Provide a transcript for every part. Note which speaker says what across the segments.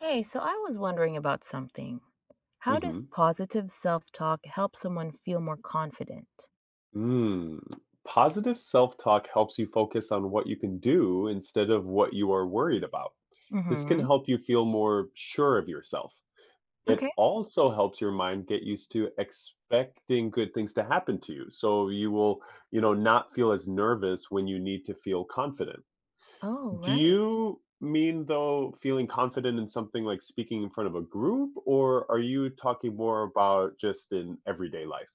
Speaker 1: Hey, so I was wondering about something. How does
Speaker 2: Hmm.
Speaker 1: positive self-talk help someone feel more confident?
Speaker 2: Mm. Positive self talk helps you focus on what you can do instead of what you are worried about. This can
Speaker 1: Mm-hmm.
Speaker 2: help you feel more sure of yourself.
Speaker 1: Okay.
Speaker 2: It also helps your mind get used to expecting good things to happen to you. So you will, not feel as nervous when you need to feel confident.
Speaker 1: Oh,
Speaker 2: Do
Speaker 1: right.
Speaker 2: you mean though feeling confident in something like speaking in front of a group, or are you talking more about just in everyday life?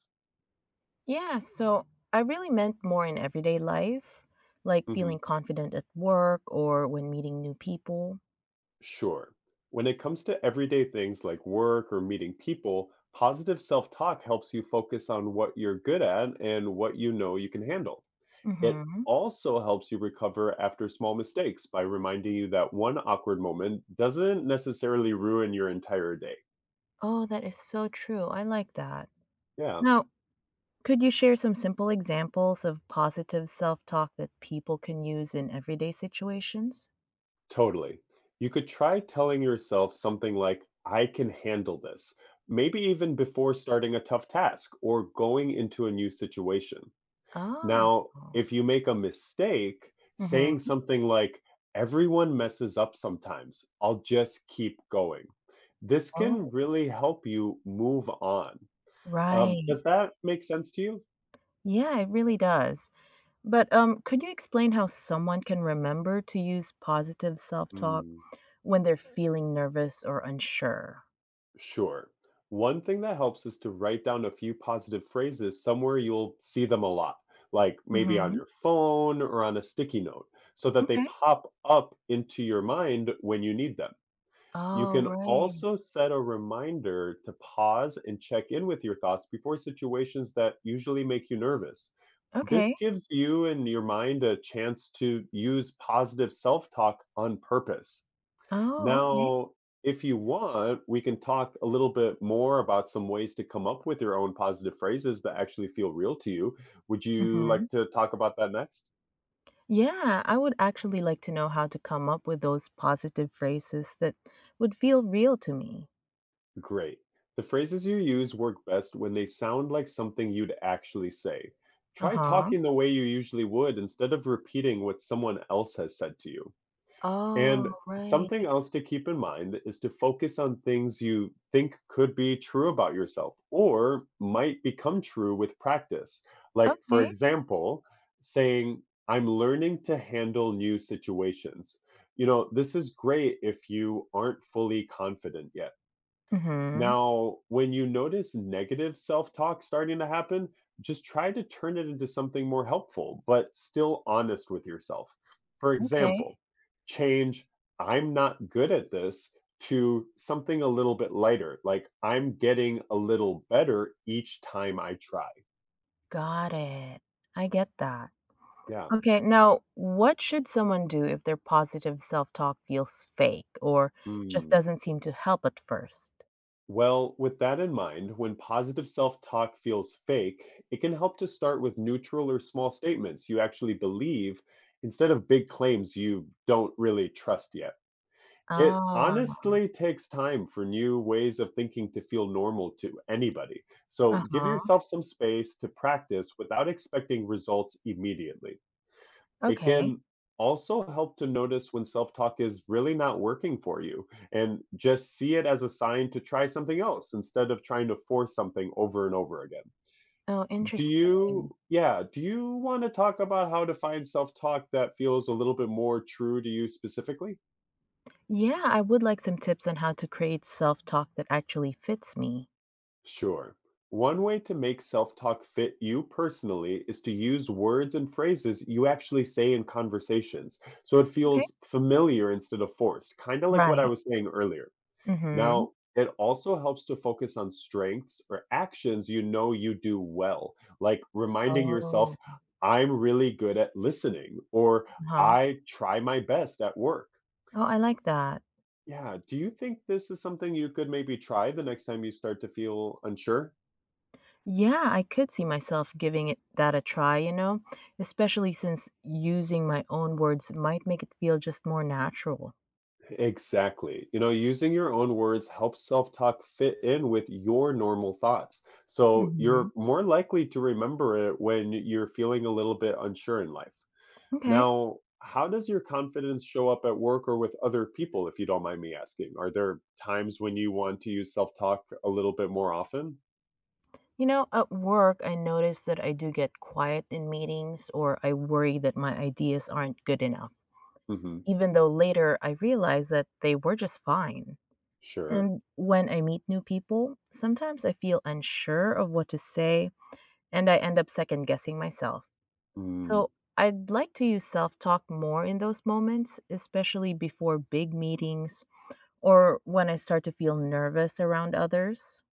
Speaker 1: Yeah, so I really meant more in everyday life, like
Speaker 2: Mm-hmm.
Speaker 1: feeling confident at work or when meeting new people.
Speaker 2: Sure. When it comes to everyday things like work or meeting people, positive self talk helps you focus on what you're good at and what you know you can handle. It
Speaker 1: Mm-hmm.
Speaker 2: also helps you recover after small mistakes by reminding you that one awkward moment doesn't necessarily ruin your entire day.
Speaker 1: Oh, that is so true. I like that.
Speaker 2: Yeah,
Speaker 1: Now, could you share some simple examples of positive self-talk that people can use in everyday situations?
Speaker 2: totally. You could try telling yourself something like, I can handle this, maybe even before starting a tough task or going into a new situation.
Speaker 1: Oh.
Speaker 2: Now, if you make a mistake, saying
Speaker 1: Mm-hmm.
Speaker 2: something like, everyone messes up sometimes, I'll just keep going. This can
Speaker 1: Oh,
Speaker 2: really help you move on.
Speaker 1: right.
Speaker 2: Does that make sense to you?
Speaker 1: Yeah, it really does. But could you explain how someone can remember to use positive self talk
Speaker 2: Mm,
Speaker 1: when they're feeling nervous or unsure?
Speaker 2: sure. One thing that helps is to write down a few positive phrases somewhere you'll see them a lot, like maybe on
Speaker 1: Mm-hmm.
Speaker 2: your phone or on a sticky note, so that they
Speaker 1: Okay.
Speaker 2: pop up into your mind when you need them. You
Speaker 1: Oh,
Speaker 2: can
Speaker 1: right.
Speaker 2: also set a reminder to pause and check in with your thoughts before situations that usually make you nervous. This
Speaker 1: Okay.
Speaker 2: gives you and your mind a chance to use positive self talk on purpose.
Speaker 1: Oh, okay.
Speaker 2: Now, if you want, we can talk a little bit more about some ways to come up with your own positive phrases that actually feel real to you. Would you
Speaker 1: Mm-hmm.
Speaker 2: like to talk about that next?
Speaker 1: Yeah, I would actually like to know how to come up with those positive phrases that would feel real to me.
Speaker 2: Great. The phrases you use work best when they sound like something you'd actually say.
Speaker 1: Uh
Speaker 2: Try
Speaker 1: huh.
Speaker 2: talking the way you usually would instead of repeating what someone else has said to you.
Speaker 1: Oh,
Speaker 2: And
Speaker 1: right.
Speaker 2: something else to keep in mind is to focus on things you think could be true about yourself or might become true with practice. Like, for
Speaker 1: Okay.
Speaker 2: example, saying, I'm learning to handle new situations. You know, this is great if you aren't fully confident yet.
Speaker 1: Mm-hmm.
Speaker 2: Now, when you notice negative self talk starting to happen, just try to turn it into something more helpful, but still honest with yourself. For
Speaker 1: Okay.
Speaker 2: example, change I'm not good at this to something a little bit lighter, like I'm getting a little better each time I try.
Speaker 1: Got it. I get that.
Speaker 2: Yeah.
Speaker 1: Okay, now what should someone do if their positive self talk feels fake or just
Speaker 2: Mm.
Speaker 1: doesn't seem to help at first?
Speaker 2: Well, with that in mind, when positive self talk feels fake, it can help to start with neutral or small statements you actually believe, instead of big claims you don't really trust yet. It
Speaker 1: Ah,
Speaker 2: honestly takes time for new ways of thinking to feel normal to anybody. So
Speaker 1: uh
Speaker 2: give
Speaker 1: huh.
Speaker 2: yourself some space to practice without expecting results immediately. It
Speaker 1: Okay.
Speaker 2: can also help to notice when self talk is really not working for you and just see it as a sign to try something else instead of trying to force something over and over again.
Speaker 1: Oh, interesting.
Speaker 2: Yeah, do you want to talk about how to find self talk that feels a little bit more true to you specifically?
Speaker 1: Yeah, I would like some tips on how to create self talk that actually fits me.
Speaker 2: Sure. One way to make self talk fit you personally is to use words and phrases you actually say in conversations so it
Speaker 1: Okay.
Speaker 2: feels familiar instead of forced, kind of like what I
Speaker 1: Right.
Speaker 2: was saying earlier.
Speaker 1: Mm hmm.
Speaker 2: Now, it also helps to focus on strengths or actions you know you do well, like reminding
Speaker 1: Oh,
Speaker 2: yourself, I'm really good at listening, or
Speaker 1: huh.
Speaker 2: I try my best at work.
Speaker 1: Oh, I like that.
Speaker 2: Yeah. Do you think this is something you could maybe try the next time you start to feel unsure?
Speaker 1: Yeah, I could see myself giving it that a try, you know, especially since using my own words might make it feel just more natural.
Speaker 2: Exactly. You know, using your own words helps self talk fit in with your normal thoughts. So
Speaker 1: Mhm.
Speaker 2: you're more likely to remember it when you're feeling a little bit unsure in life.
Speaker 1: Okay.
Speaker 2: Now, how does your confidence show up at work or with other people, if you don't mind me asking? Are there times when you want to use self talk a little bit more often?
Speaker 1: You know, at work, I notice that I do get quiet in meetings or I worry that my ideas aren't good enough,
Speaker 2: Hmm.
Speaker 1: even though later I realize that they were just fine.
Speaker 2: Sure.
Speaker 1: And when I meet new people, sometimes I feel unsure of what to say and I end up second guessing myself.
Speaker 2: Mm,
Speaker 1: So I'd like to use self talk more in those moments, especially before big meetings or when I start to feel nervous around others.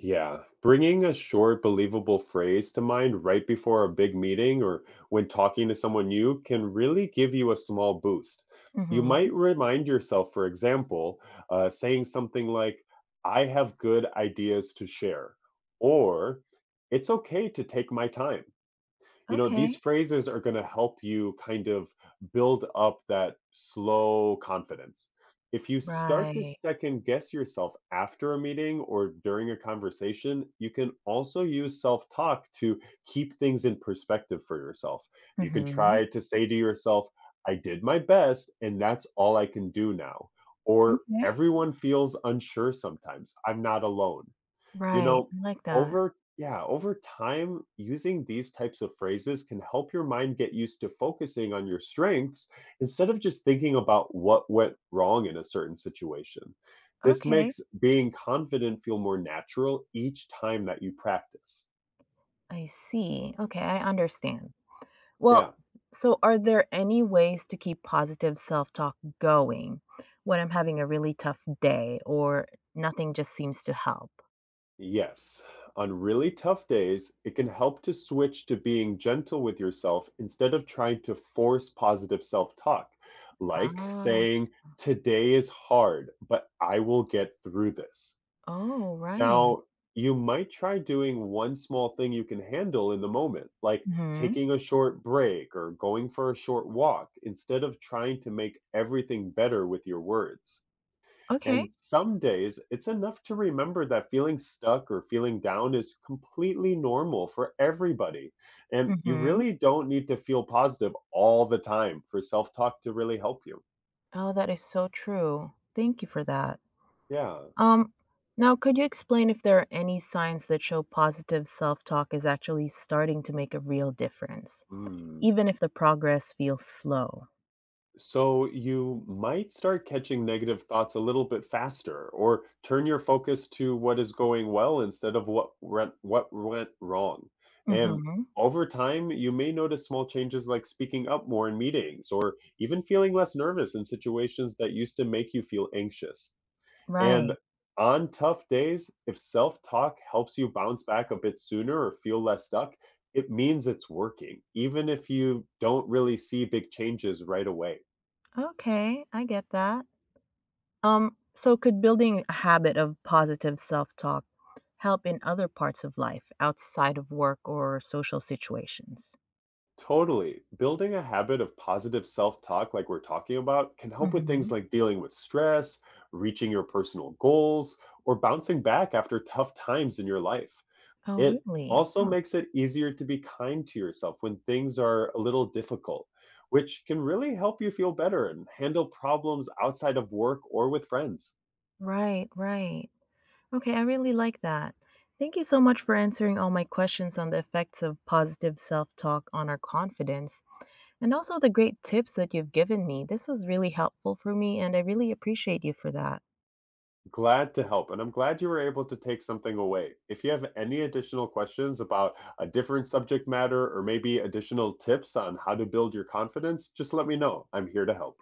Speaker 2: yeah. Bringing a short, believable phrase to mind right before a big meeting or when talking to someone new can really give you a small boost. You might
Speaker 1: Hmm.
Speaker 2: remind yourself, for example, saying something like, I have good ideas to share, or it's okay to take my time. These
Speaker 1: Okay.
Speaker 2: phrases are going to help you kind of build up that slow confidence. If you start to
Speaker 1: Right.
Speaker 2: second guess yourself after a meeting or during a conversation, you can also use self talk to keep things in perspective for yourself. You can
Speaker 1: Mhm.
Speaker 2: try to say to yourself, I did my best and that's all I can do now, or
Speaker 1: Okay.
Speaker 2: everyone feels unsure sometimes, I'm not alone. you
Speaker 1: Right.
Speaker 2: know,
Speaker 1: I like that.
Speaker 2: over time, using these types of phrases can help your mind get used to focusing on your strengths instead of just thinking about what went wrong in a certain situation. This
Speaker 1: Okay.
Speaker 2: makes being confident feel more natural each time that you practice.
Speaker 1: I see. Okay. I understand. Well,
Speaker 2: Yeah.
Speaker 1: so are there any ways to keep positive self talk going when I'm having a really tough day or nothing just seems to help?
Speaker 2: Yes. On really tough days, it can help to switch to being gentle with yourself instead of trying to force positive self talk, like
Speaker 1: Ah.
Speaker 2: saying, Today is hard, but I will get through this.
Speaker 1: Oh, right.
Speaker 2: Now, you might try doing one small thing you can handle in the moment, like
Speaker 1: Hmm.
Speaker 2: taking a short break or going for a short walk, instead of trying to make everything better with your words.
Speaker 1: Okay.
Speaker 2: And some days, it's enough to remember that feeling stuck or feeling down is completely normal for everybody. And you
Speaker 1: Hmm.
Speaker 2: really don't need to feel positive all the time for self talk to really help you.
Speaker 1: Oh, that is so true. Thank you for that.
Speaker 2: Yeah.
Speaker 1: Um, Now, could you explain if there are any signs that show positive self talk is actually starting to make a real difference?
Speaker 2: Mm.
Speaker 1: Even if the progress feels slow.
Speaker 2: So you might start catching negative thoughts a little bit faster, or turn your focus to what is going well instead of what went wrong. And
Speaker 1: Mhm.
Speaker 2: over time, you may notice small changes like speaking up more in meetings, or even feeling less nervous in situations that used to make you feel anxious. And
Speaker 1: Right.
Speaker 2: on tough days, if self talk helps you bounce back a bit sooner or feel less stuck, it means it's working, even if you don't really see big changes right away.
Speaker 1: Okay, I get that. So could building a habit of positive self-talk help in other parts of life outside of work or social situations?
Speaker 2: Totally. Building a habit of positive self talk, like we're talking about, can help with things
Speaker 1: Mhm.
Speaker 2: like dealing with stress, reaching your personal goals, or bouncing back after tough times in your life.
Speaker 1: Oh,
Speaker 2: It
Speaker 1: really?
Speaker 2: also
Speaker 1: Huh.
Speaker 2: makes it easier to be kind to yourself when things are a little difficult, which can really help you feel better and handle problems outside of work or with friends.
Speaker 1: Right, right. Okay, I really like that. Thank you so much for answering all my questions on the effects of positive self-talk on our confidence and also the great tips that you've given me. This was really helpful for me, and I really appreciate you for that.
Speaker 2: Glad to help, and I'm glad you were able to take something away. If you have any additional questions about a different subject matter or maybe additional tips on how to build your confidence, just let me know. I'm here to help.